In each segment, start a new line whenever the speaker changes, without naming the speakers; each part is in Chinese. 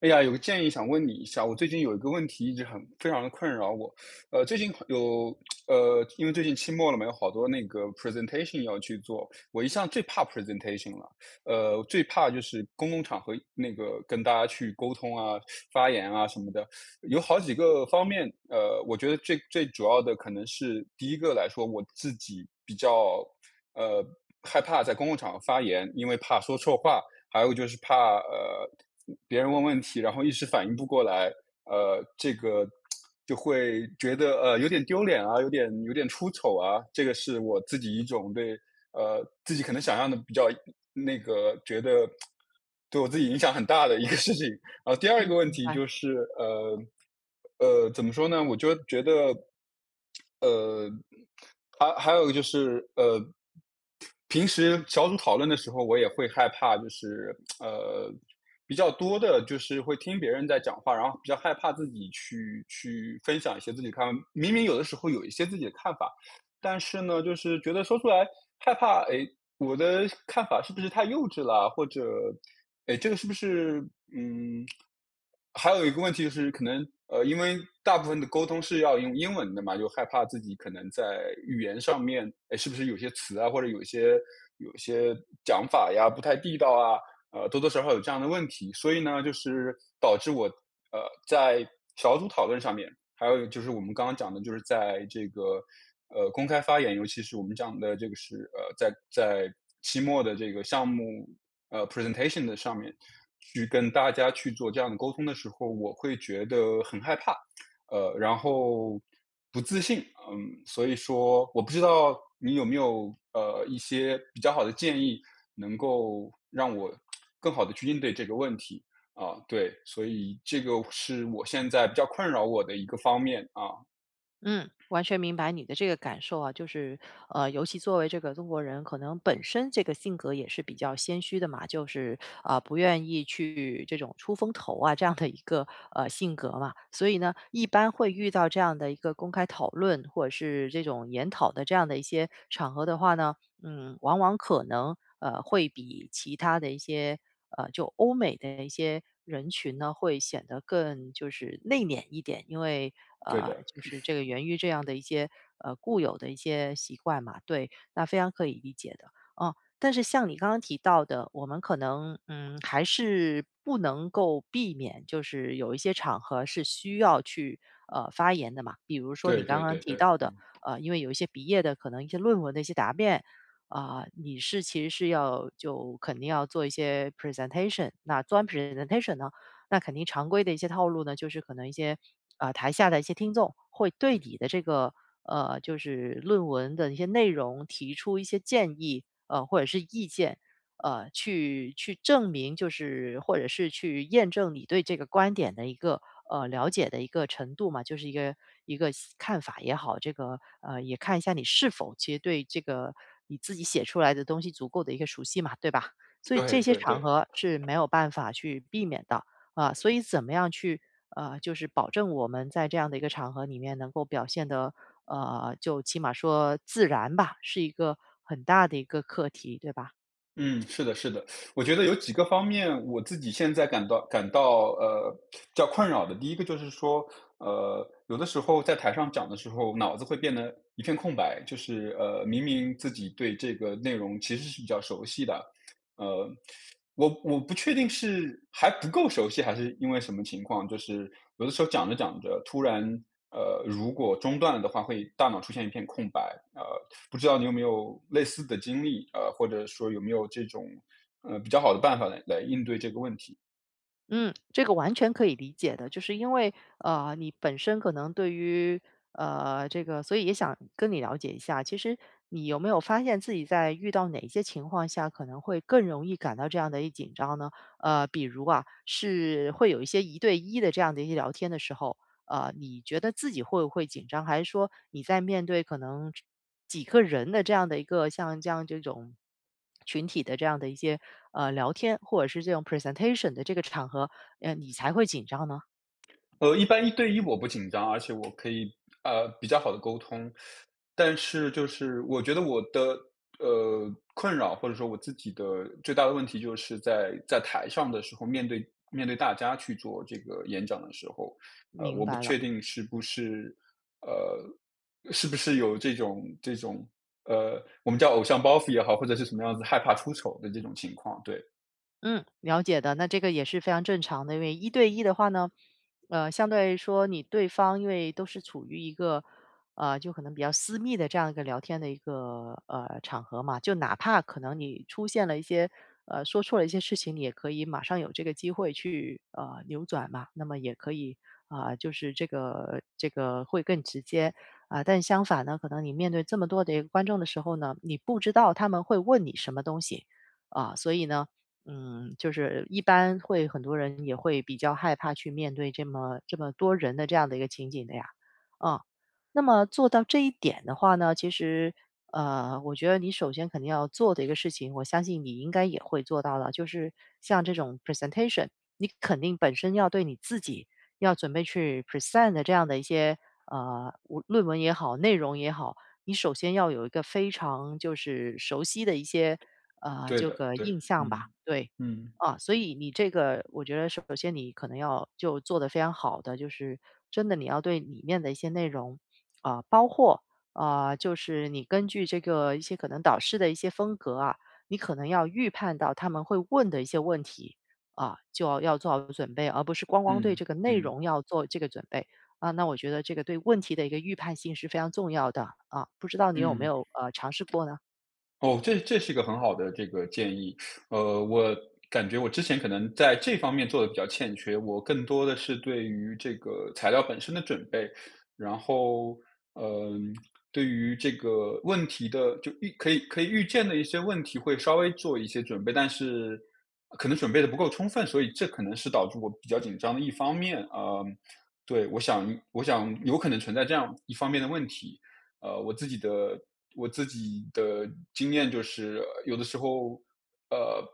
哎呀，有个建议想问你一下，我最近有一个问题一直很非常的困扰我，呃，最近有呃，因为最近期末了嘛，有好多那个 presentation 要去做，我一向最怕 presentation 了，最怕就是公共场合那个跟大家去沟通啊、发言啊什么的，有好几个方面，我觉得最最主要的可能是第一个来说，我自己比较，呃，害怕在公共场合发言，因为怕说错话，还有就是怕别人问问题，然后一时反应不过来，这个就会觉得有点丢脸啊，有点出丑啊，这个是我自己一种对自己可能想象的比较那个觉得对我自己影响很大的一个事情。然后第二
嗯，
个问
明
题
白。
就是怎么说呢？我就觉得。呃，还还有就是呃，平时小组讨论的时候，我也会害怕，就是呃，比较多的就是会听别人在讲话，然后比较害怕自己去分享一些自己看法，明明有的时候有一些自己的看法，但是呢，就是觉得说出来害怕，哎，我的看法是不是太幼稚了？或者，哎，这个是不是嗯，还有一个问题就是可能，因为大部分的沟通是要用英文的嘛，就害怕自己可能在语言上面，哎，是不是有些词啊，或者有些讲法呀，不太地道啊，多多少少有这样的问题，所以呢，就是导致我呃在小组讨论上面，还有就是我们刚刚讲的，就是在这个公开发言，尤其是我们讲的这个是在期末的这个项目presentation 的上面去跟大家去做这样的沟通的时候，我会觉得很害怕，然后不自信，嗯，所以说我不知道你有没有一些比较好的建议，能够让我更好的去应对这个问题，啊，对，所以这个是我现在比较困扰我的一个方面，啊，
嗯，完全明白你的这个感受啊。就是，尤其作为这个中国人，可能本身这个性格也是比较谦虚的嘛，就是啊、不愿意去这种出风头啊这样的一个性格嘛。所以呢，一般会遇到这样的一个公开讨论或者是这种研讨的这样的一些场合的话呢，嗯，往往可能会比其他的一些就欧美的一些人群呢，会显得更就是内敛一点。因为
对的，
就是这个源于这样的一些固有的一些习惯嘛。对，那非常可以理解的哦。但是像你刚刚提到的，我们可能嗯还是不能够避免，就是有一些场合是需要去发言的嘛。比如说你
对
刚
对
刚
对
提
对，
到的，
嗯，
因为有一些毕业的可能一些论文的一些答辩，啊、你是其实是要就肯定要做一些 presentation。那做完 presentation 呢，那肯定常规的一些套路呢，就是可能一些啊、台下的一些听众会对你的这个就是论文的一些内容提出一些建议或者是意见。去证明，就是或者是去验证你对这个观点的一个了解的一个程度嘛，就是一个看法也好。这个也看一下你是否其实对这个你自己写出来的东西足够的一个熟悉嘛，对吧？所以
对
这些
对
场
对。
合是没有办法去避免的啊。所以怎么样去就是保证我们在这样的一个场合里面能够表现的就起码说自然吧，是一个很大的一个课题，对吧？
嗯，是的，是的，我觉得有几个方面，我自己现在感到比较困扰的。第一个就是说，有的时候在台上讲的时候，脑子会变得一片空白，就是明明自己对这个内容其实是比较熟悉的，呃，我不确定是还不够熟悉，还是因为什么情况，就是有的时候讲着讲着，突然如果中断了的话，会大脑出现一片空白。不知道你有没有类似的经历，或者说有没有这种，比较好的办法来应对这个问题？
嗯，这个完全可以理解的。就是因为你本身可能对于这个，所以也想跟你了解一下，其实你有没有发现自己在遇到哪些情况下可能会更容易感到这样的一紧张呢？比如啊，是会有一些一对一的这样的一些聊天的时候，你觉得自己会不会紧张？还是说你在面对可能几个人的这样的一个像这样这种群体的这样的一些聊天，或者是这种 presentation 的这个场合，你才会紧张呢？
一般一对一我不紧张，而且我可以比较好的沟通，但是就是我觉得我的困扰或者说我自己的最大的问题就是在台上的时候面对大家去做这个演讲的时候，
明
我不
白了。
确定是不是有这种我们叫偶像包袱也好，或者是什么样子害怕出丑的这种情况，对
嗯，了解的。那这个也是非常正常的。因为一对一的话呢，相对来说你对方因为都是处于一个就可能比较私密的这样一个聊天的一个场合嘛，就哪怕可能你出现了一些说错了一些事情，你也可以马上有这个机会去扭转嘛。那么也可以啊、就是这个会更直接啊、但相反呢，可能你面对这么多的一个观众的时候呢，你不知道他们会问你什么东西。啊，所以呢，嗯，就是一般会很多人也会比较害怕去面对这么多人的这样的一个情景的呀。啊，那么做到这一点的话呢，其实，我觉得你首先肯定要做的一个事情，我相信你应该也会做到了，就是像这种 presentation，你肯定本身要对你自己要准备去 present 的这样的一些，呃，论文也好，内容也好，你首先要有一个非常就是熟悉的一些
对
这
的
个
对，
印象吧，
嗯
对。
嗯
啊，所以你这个我觉得首先你可能要就做得非常好的，就是真的你要对里面的一些内容，啊，包括，啊，就是你根据这个一些可能导师的一些风格啊，你可能要预判到他们会问的一些问题。啊，就要做好准备，而不是光光对这
嗯
个内
嗯嗯
容要做这个准备。啊，那我觉得这个对问题的一个预判性是非常重要的。啊，不知道你有没
嗯。
有，尝试过呢？
哦，这是一个很好的这个建议。我感觉我之前可能在这方面做的比较欠缺，我更多的是对于这个材料本身的准备，然后，嗯，对于这个问题的就预可以可以预见的一些问题会稍微做一些准备，但是可能准备的不够充分，所以这可能是导致我比较紧张的一方面。嗯，对，我想有可能存在这样一方面的问题。呃，我自己的我自己的经验就是，有的时候，呃，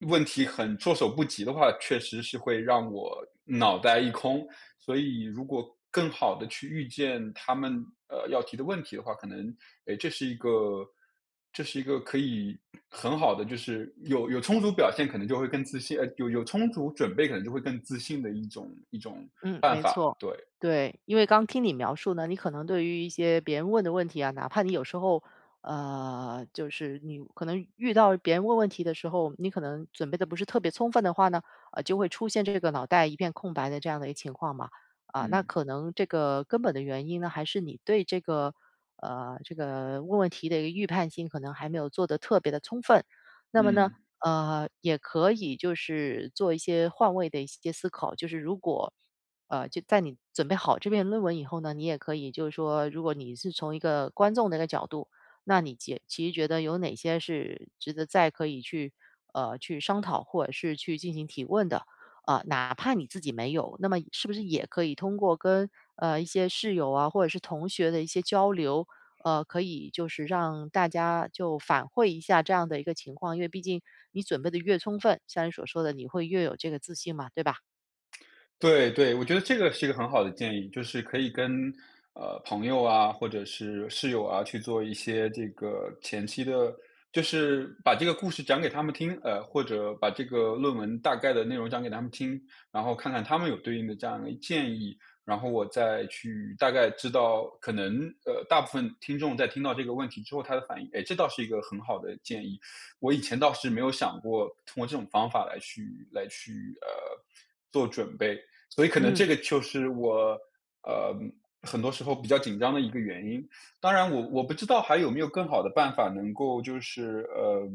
问题很措手不及的话，确实是会让我脑袋一空。所以如果更好的去预见他们，要提的问题的话，可能，诶，这是一个可以很好的就是有充足表现可能就会更自信。有充足准备可能就会更自信的一种
嗯，
办
没
法，
错，
对，
对。因为刚听你描述呢，你可能对于一些别人问的问题啊，哪怕你有时候，就是你可能遇到别人问问题的时候，你可能准备的不是特别充分的话呢，就会出现这个脑袋一片空白的这样的一个情况嘛。啊，那
嗯，
可能这个根本的原因呢，还是你对这个，这个问问题的一个预判性可能还没有做得特别的充分。那么呢，
嗯。
也可以就是做一些换位的一些思考。就是如果就在你准备好这篇论文以后呢，你也可以就是说，如果你是从一个观众的一个角度，那你其实觉得有哪些是值得再可以去去商讨或者是去进行提问的啊、哪怕你自己没有，那么是不是也可以通过跟一些室友啊或者是同学的一些交流，可以就是让大家就反馈一下这样的一个情况。因为毕竟你准备的越充分，像你所说的，你会越有这个自信嘛，对吧？
对对，我觉得这个是一个很好的建议，就是可以跟朋友啊，或者是室友啊，去做一些这个前期的，就是把这个故事讲给他们听，或者把这个论文大概的内容讲给他们听，然后看看他们有对应的这样的建议，然后我再去大概知道，可能大部分听众在听到这个问题之后他的反应，哎，这倒是一个很好的建议，我以前倒是没有想过通过这种方法来去呃做准备。所以可能这
嗯。
个就是我呃很多时候比较紧张的一个原因。当然我，我不知道还有没有更好的办法能够就是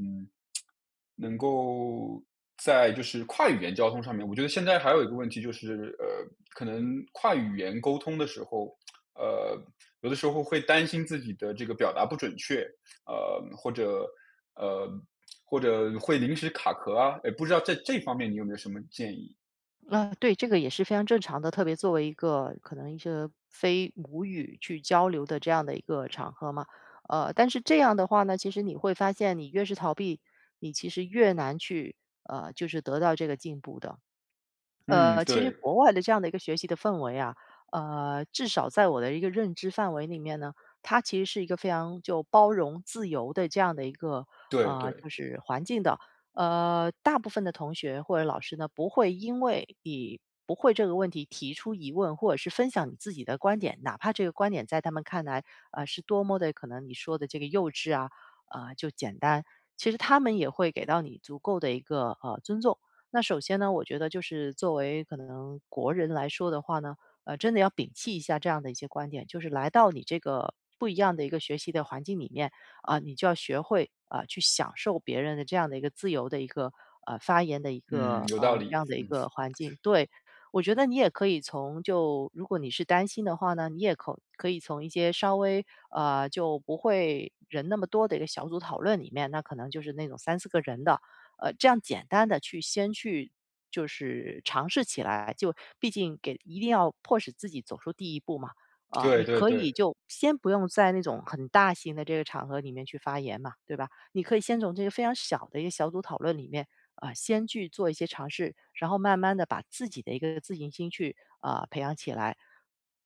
能够在就是跨语言交通上面，我觉得现在还有一个问题就是可能跨语言沟通的时候。呃，有的时候会担心自己的这个表达不准确，呃，或者呃，或者会临时卡壳啊，也不知道在这方面你有没有什么建议？
对，这个也是非常正常的，特别作为一个可能一些非母语去交流的这样的一个场合嘛。但是这样的话呢，其实你会发现，你越是逃避，你其实越难去就是得到这个进步的。
嗯，
其实
对。
国外的这样的一个学习的氛围啊，至少在我的一个认知范围里面呢，它其实是一个非常就包容、自由的这样的一个
对对，
就是环境的。大部分的同学或者老师呢，不会因为你不会这个问题提出疑问，或者是分享你自己的观点，哪怕这个观点在他们看来，是多么的可能你说的这个幼稚啊，就简单，其实他们也会给到你足够的一个尊重。那首先呢，我觉得就是作为可能国人来说的话呢，真的要摒弃一下这样的一些观点。就是来到你这个不一样的一个学习的环境里面啊，你就要学会啊去享受别人的这样的一个自由的一个发言的一
嗯，
个
有道
这
理，
样的一
嗯，
个环境。对，我觉得你也可以从就如果你是担心的话呢，你也可以从一些稍微就不会人那么多的一个小组讨论里面，那可能就是那种三四个人的。这样简单的先去就是尝试起来。就毕竟给一定要迫使自己走出第一步嘛。啊，
对
你
对
可以
对，
就先不用在那种很大型的这个场合里面去发言嘛，对吧？你可以先从这个非常小的一个小组讨论里面，啊，先去做一些尝试，然后慢慢的把自己的一个自信心去，啊，培养起来。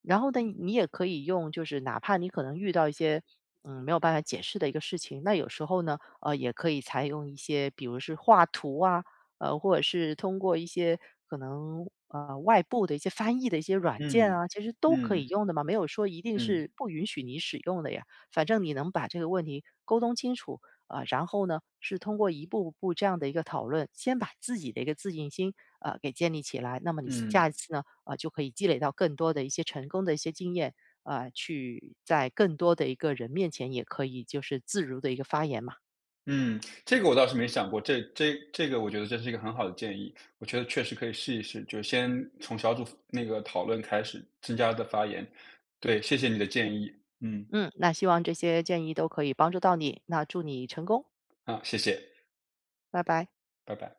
然后呢，你也可以用就是哪怕你可能遇到一些，嗯，没有办法解释的一个事情，那有时候呢，也可以采用一些，比如是画图啊，或者是通过一些可能外部的一些翻译的一些软件
嗯，
啊。其实都可以
嗯，
用的嘛，没有说一定
嗯，
是不允许你使用的呀。反正你能把这个问题沟通清楚啊、然后呢，是通过一步步这样的一个讨论，先把自己的一个自信心给建立起来。那么你下
嗯，
一次呢，就可以积累到更多的一些成功的一些经验。啊、去在更多的一个人面前，也可以就是自如的一个发言嘛。
嗯，这个我倒是没想过，这个我觉得这是一个很好的建议，我觉得确实可以试一试，就先从小组那个讨论开始，增加的发言，对，谢谢你的建议，嗯，
嗯，那希望这些建议都可以帮助到你。那祝你成功，
好，谢谢，
拜拜。
拜拜。